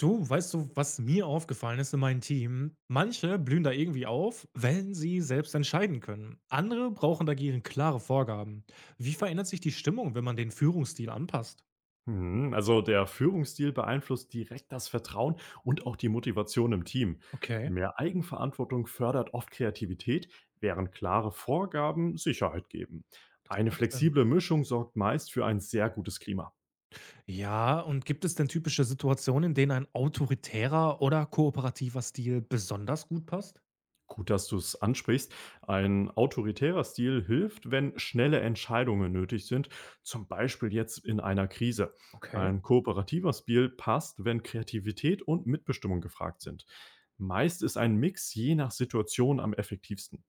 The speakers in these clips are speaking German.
Du, weißt du, was mir aufgefallen ist in meinem Team? Manche blühen da irgendwie auf, wenn sie selbst entscheiden können. Andere brauchen dagegen klare Vorgaben. Wie verändert sich die Stimmung, wenn man den Führungsstil anpasst? Mhm, also der Führungsstil beeinflusst direkt das Vertrauen und auch die Motivation im Team. Okay. Mehr Eigenverantwortung fördert oft Kreativität, während klare Vorgaben Sicherheit geben. Das Eine macht Sinn. flexible Mischung sorgt meist für ein sehr gutes Klima. Ja, und gibt es denn typische Situationen, in denen ein autoritärer oder kooperativer Stil besonders gut passt? Gut, dass du es ansprichst. Ein autoritärer Stil hilft, wenn schnelle Entscheidungen nötig sind, zum Beispiel jetzt in einer Krise. Okay. Ein kooperativer Stil passt, wenn Kreativität und Mitbestimmung gefragt sind. Meist ist ein Mix je nach Situation am effektivsten.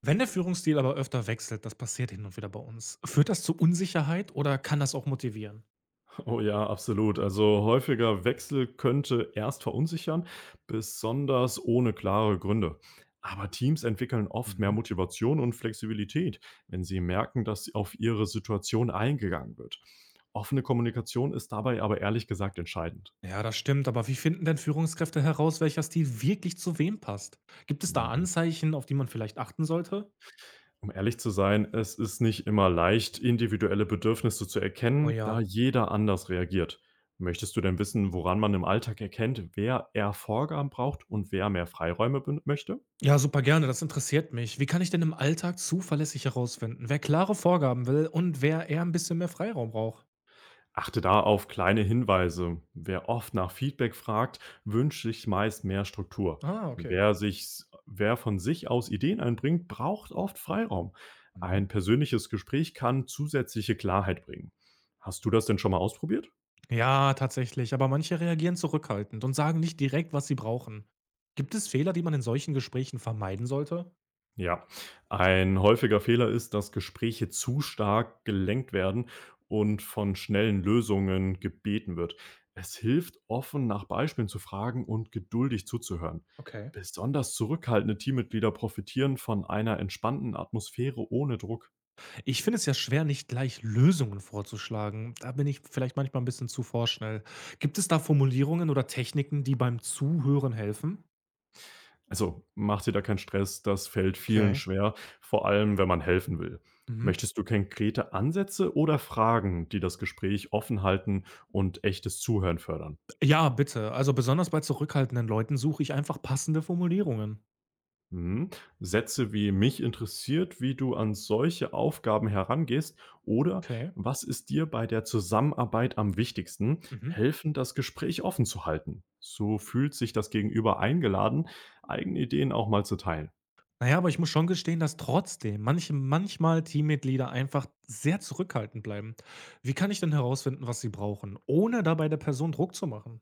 Wenn der Führungsstil aber öfter wechselt, das passiert hin und wieder bei uns, führt das zu Unsicherheit oder kann das auch motivieren? Oh ja, absolut. Also häufiger Wechsel könnte erst verunsichern, besonders ohne klare Gründe. Aber Teams entwickeln oft mehr Mhm. Motivation und Flexibilität, wenn sie merken, dass auf ihre Situation eingegangen wird. Offene Kommunikation ist dabei aber ehrlich gesagt entscheidend. Ja, das stimmt, aber wie finden denn Führungskräfte heraus, welcher Stil wirklich zu wem passt? Gibt es da Mhm. Anzeichen, auf die man vielleicht achten sollte? Um ehrlich zu sein, es ist nicht immer leicht, individuelle Bedürfnisse zu Oh erkennen, ja. da jeder anders reagiert. Möchtest du denn wissen, woran man im Alltag erkennt, wer eher Vorgaben braucht und wer mehr Freiräume möchte? Ja, super gerne, das interessiert mich. Wie kann ich denn im Alltag zuverlässig herausfinden, wer klare Vorgaben will und wer eher ein bisschen mehr Freiraum braucht? Achte da auf kleine Hinweise. Wer oft nach Feedback fragt, wünscht sich meist mehr Struktur. Ah, okay. Wer von sich aus Ideen einbringt, braucht oft Freiraum. Mhm. Ein persönliches Gespräch kann zusätzliche Klarheit bringen. Hast du das denn schon mal ausprobiert? Ja, tatsächlich, aber manche reagieren zurückhaltend und sagen nicht direkt, was sie brauchen. Gibt es Fehler, die man in solchen Gesprächen vermeiden sollte? Ja, ein häufiger Fehler ist, dass Gespräche zu stark gelenkt werden und von schnellen Lösungen gebeten wird. Es hilft, offen nach Beispielen zu fragen und geduldig zuzuhören. Okay. Besonders zurückhaltende Teammitglieder profitieren von einer entspannten Atmosphäre ohne Druck. Ich finde es ja schwer, nicht gleich Lösungen vorzuschlagen. Da bin ich vielleicht manchmal ein bisschen zu vorschnell. Gibt es da Formulierungen oder Techniken, die beim Zuhören helfen? Also mach dir da keinen Stress, das fällt vielen Okay. schwer, vor allem wenn man helfen will. Mhm. Möchtest du konkrete Ansätze oder Fragen, die das Gespräch offen halten und echtes Zuhören fördern? Ja, bitte. Also, besonders bei zurückhaltenden Leuten suche ich einfach passende Formulierungen. Mhm. Sätze wie mich interessiert, wie du an solche Aufgaben herangehst oder Okay. was ist dir bei der Zusammenarbeit am wichtigsten, Mhm. helfen, das Gespräch offen zu halten. So fühlt sich das Gegenüber eingeladen, eigene Ideen auch mal zu teilen. Na ja, aber ich muss schon gestehen, dass trotzdem manche manchmal Teammitglieder einfach sehr zurückhaltend bleiben. Wie kann ich denn herausfinden, was sie brauchen, ohne dabei der Person Druck zu machen?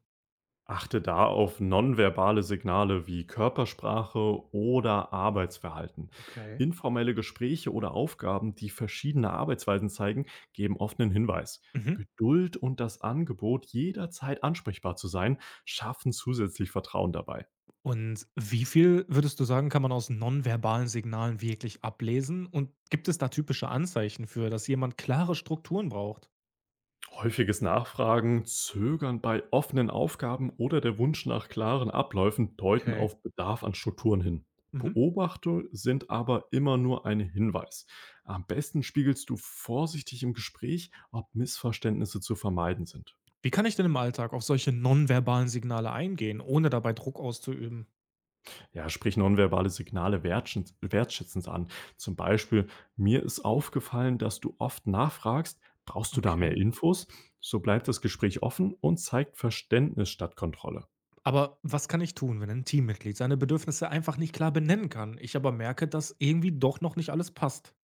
Achte da auf nonverbale Signale wie Körpersprache oder Arbeitsverhalten. Okay. Informelle Gespräche oder Aufgaben, die verschiedene Arbeitsweisen zeigen, geben oft einen Hinweis. Mhm. Geduld und das Angebot, jederzeit ansprechbar zu sein, schaffen zusätzlich Vertrauen dabei. Und wie viel, würdest du sagen, kann man aus nonverbalen Signalen wirklich ablesen? Und gibt es da typische Anzeichen für, dass jemand klare Strukturen braucht? Häufiges Nachfragen, Zögern bei offenen Aufgaben oder der Wunsch nach klaren Abläufen deuten Okay. auf Bedarf an Strukturen hin. Mhm. Beobachtungen sind aber immer nur ein Hinweis. Am besten spiegelst du vorsichtig im Gespräch, ob Missverständnisse zu vermeiden sind. Wie kann ich denn im Alltag auf solche nonverbalen Signale eingehen, ohne dabei Druck auszuüben? Ja, sprich nonverbale Signale wertschätzend an. Zum Beispiel, mir ist aufgefallen, dass du oft nachfragst, brauchst du da Okay. mehr Infos? So bleibt das Gespräch offen und zeigt Verständnis statt Kontrolle. Aber was kann ich tun, wenn ein Teammitglied seine Bedürfnisse einfach nicht klar benennen kann? Ich aber merke, dass irgendwie doch noch nicht alles passt.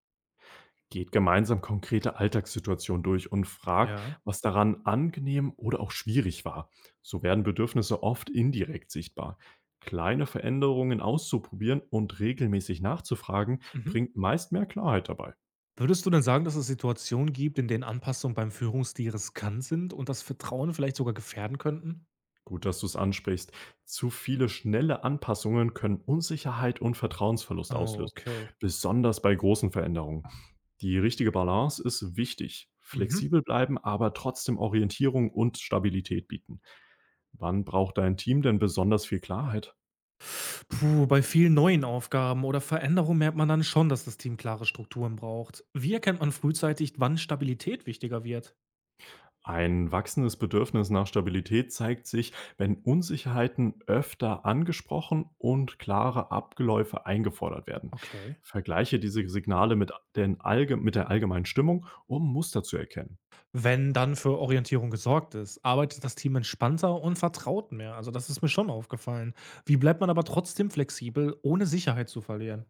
Geht gemeinsam konkrete Alltagssituationen durch und fragt, Ja. was daran angenehm oder auch schwierig war. So werden Bedürfnisse oft indirekt sichtbar. Kleine Veränderungen auszuprobieren und regelmäßig nachzufragen, Mhm. bringt meist mehr Klarheit dabei. Würdest du denn sagen, dass es Situationen gibt, in denen Anpassungen beim Führungsstil riskant sind und das Vertrauen vielleicht sogar gefährden könnten? Gut, dass du es ansprichst. Zu viele schnelle Anpassungen können Unsicherheit und Vertrauensverlust Oh, auslösen, okay. besonders bei großen Veränderungen. Die richtige Balance ist wichtig. Mhm. Flexibel bleiben, aber trotzdem Orientierung und Stabilität bieten. Wann braucht dein Team denn besonders viel Klarheit? Puh, bei vielen neuen Aufgaben oder Veränderungen merkt man dann schon, dass das Team klare Strukturen braucht. Wie erkennt man frühzeitig, wann Stabilität wichtiger wird? Ein wachsendes Bedürfnis nach Stabilität zeigt sich, wenn Unsicherheiten öfter angesprochen und klare Abläufe eingefordert werden. Okay. Vergleiche diese Signale mit, den allge mit der allgemeinen Stimmung, um Muster zu erkennen. Wenn dann für Orientierung gesorgt ist, arbeitet das Team entspannter und vertraut mehr. Also das ist mir schon aufgefallen. Wie bleibt man aber trotzdem flexibel, ohne Sicherheit zu verlieren?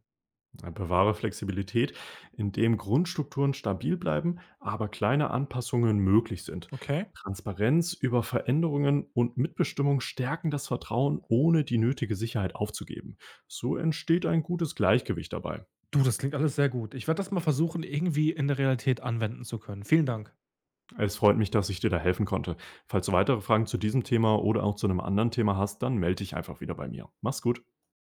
Bewahre Flexibilität, indem Grundstrukturen stabil bleiben, aber kleine Anpassungen möglich sind. Okay. Transparenz über Veränderungen und Mitbestimmung stärken das Vertrauen, ohne die nötige Sicherheit aufzugeben. So entsteht ein gutes Gleichgewicht dabei. Du, das klingt alles sehr gut. Ich werde das mal versuchen, irgendwie in der Realität anwenden zu können. Vielen Dank. Es freut mich, dass ich dir da helfen konnte. Falls du weitere Fragen zu diesem Thema oder auch zu einem anderen Thema hast, dann melde dich einfach wieder bei mir. Mach's gut.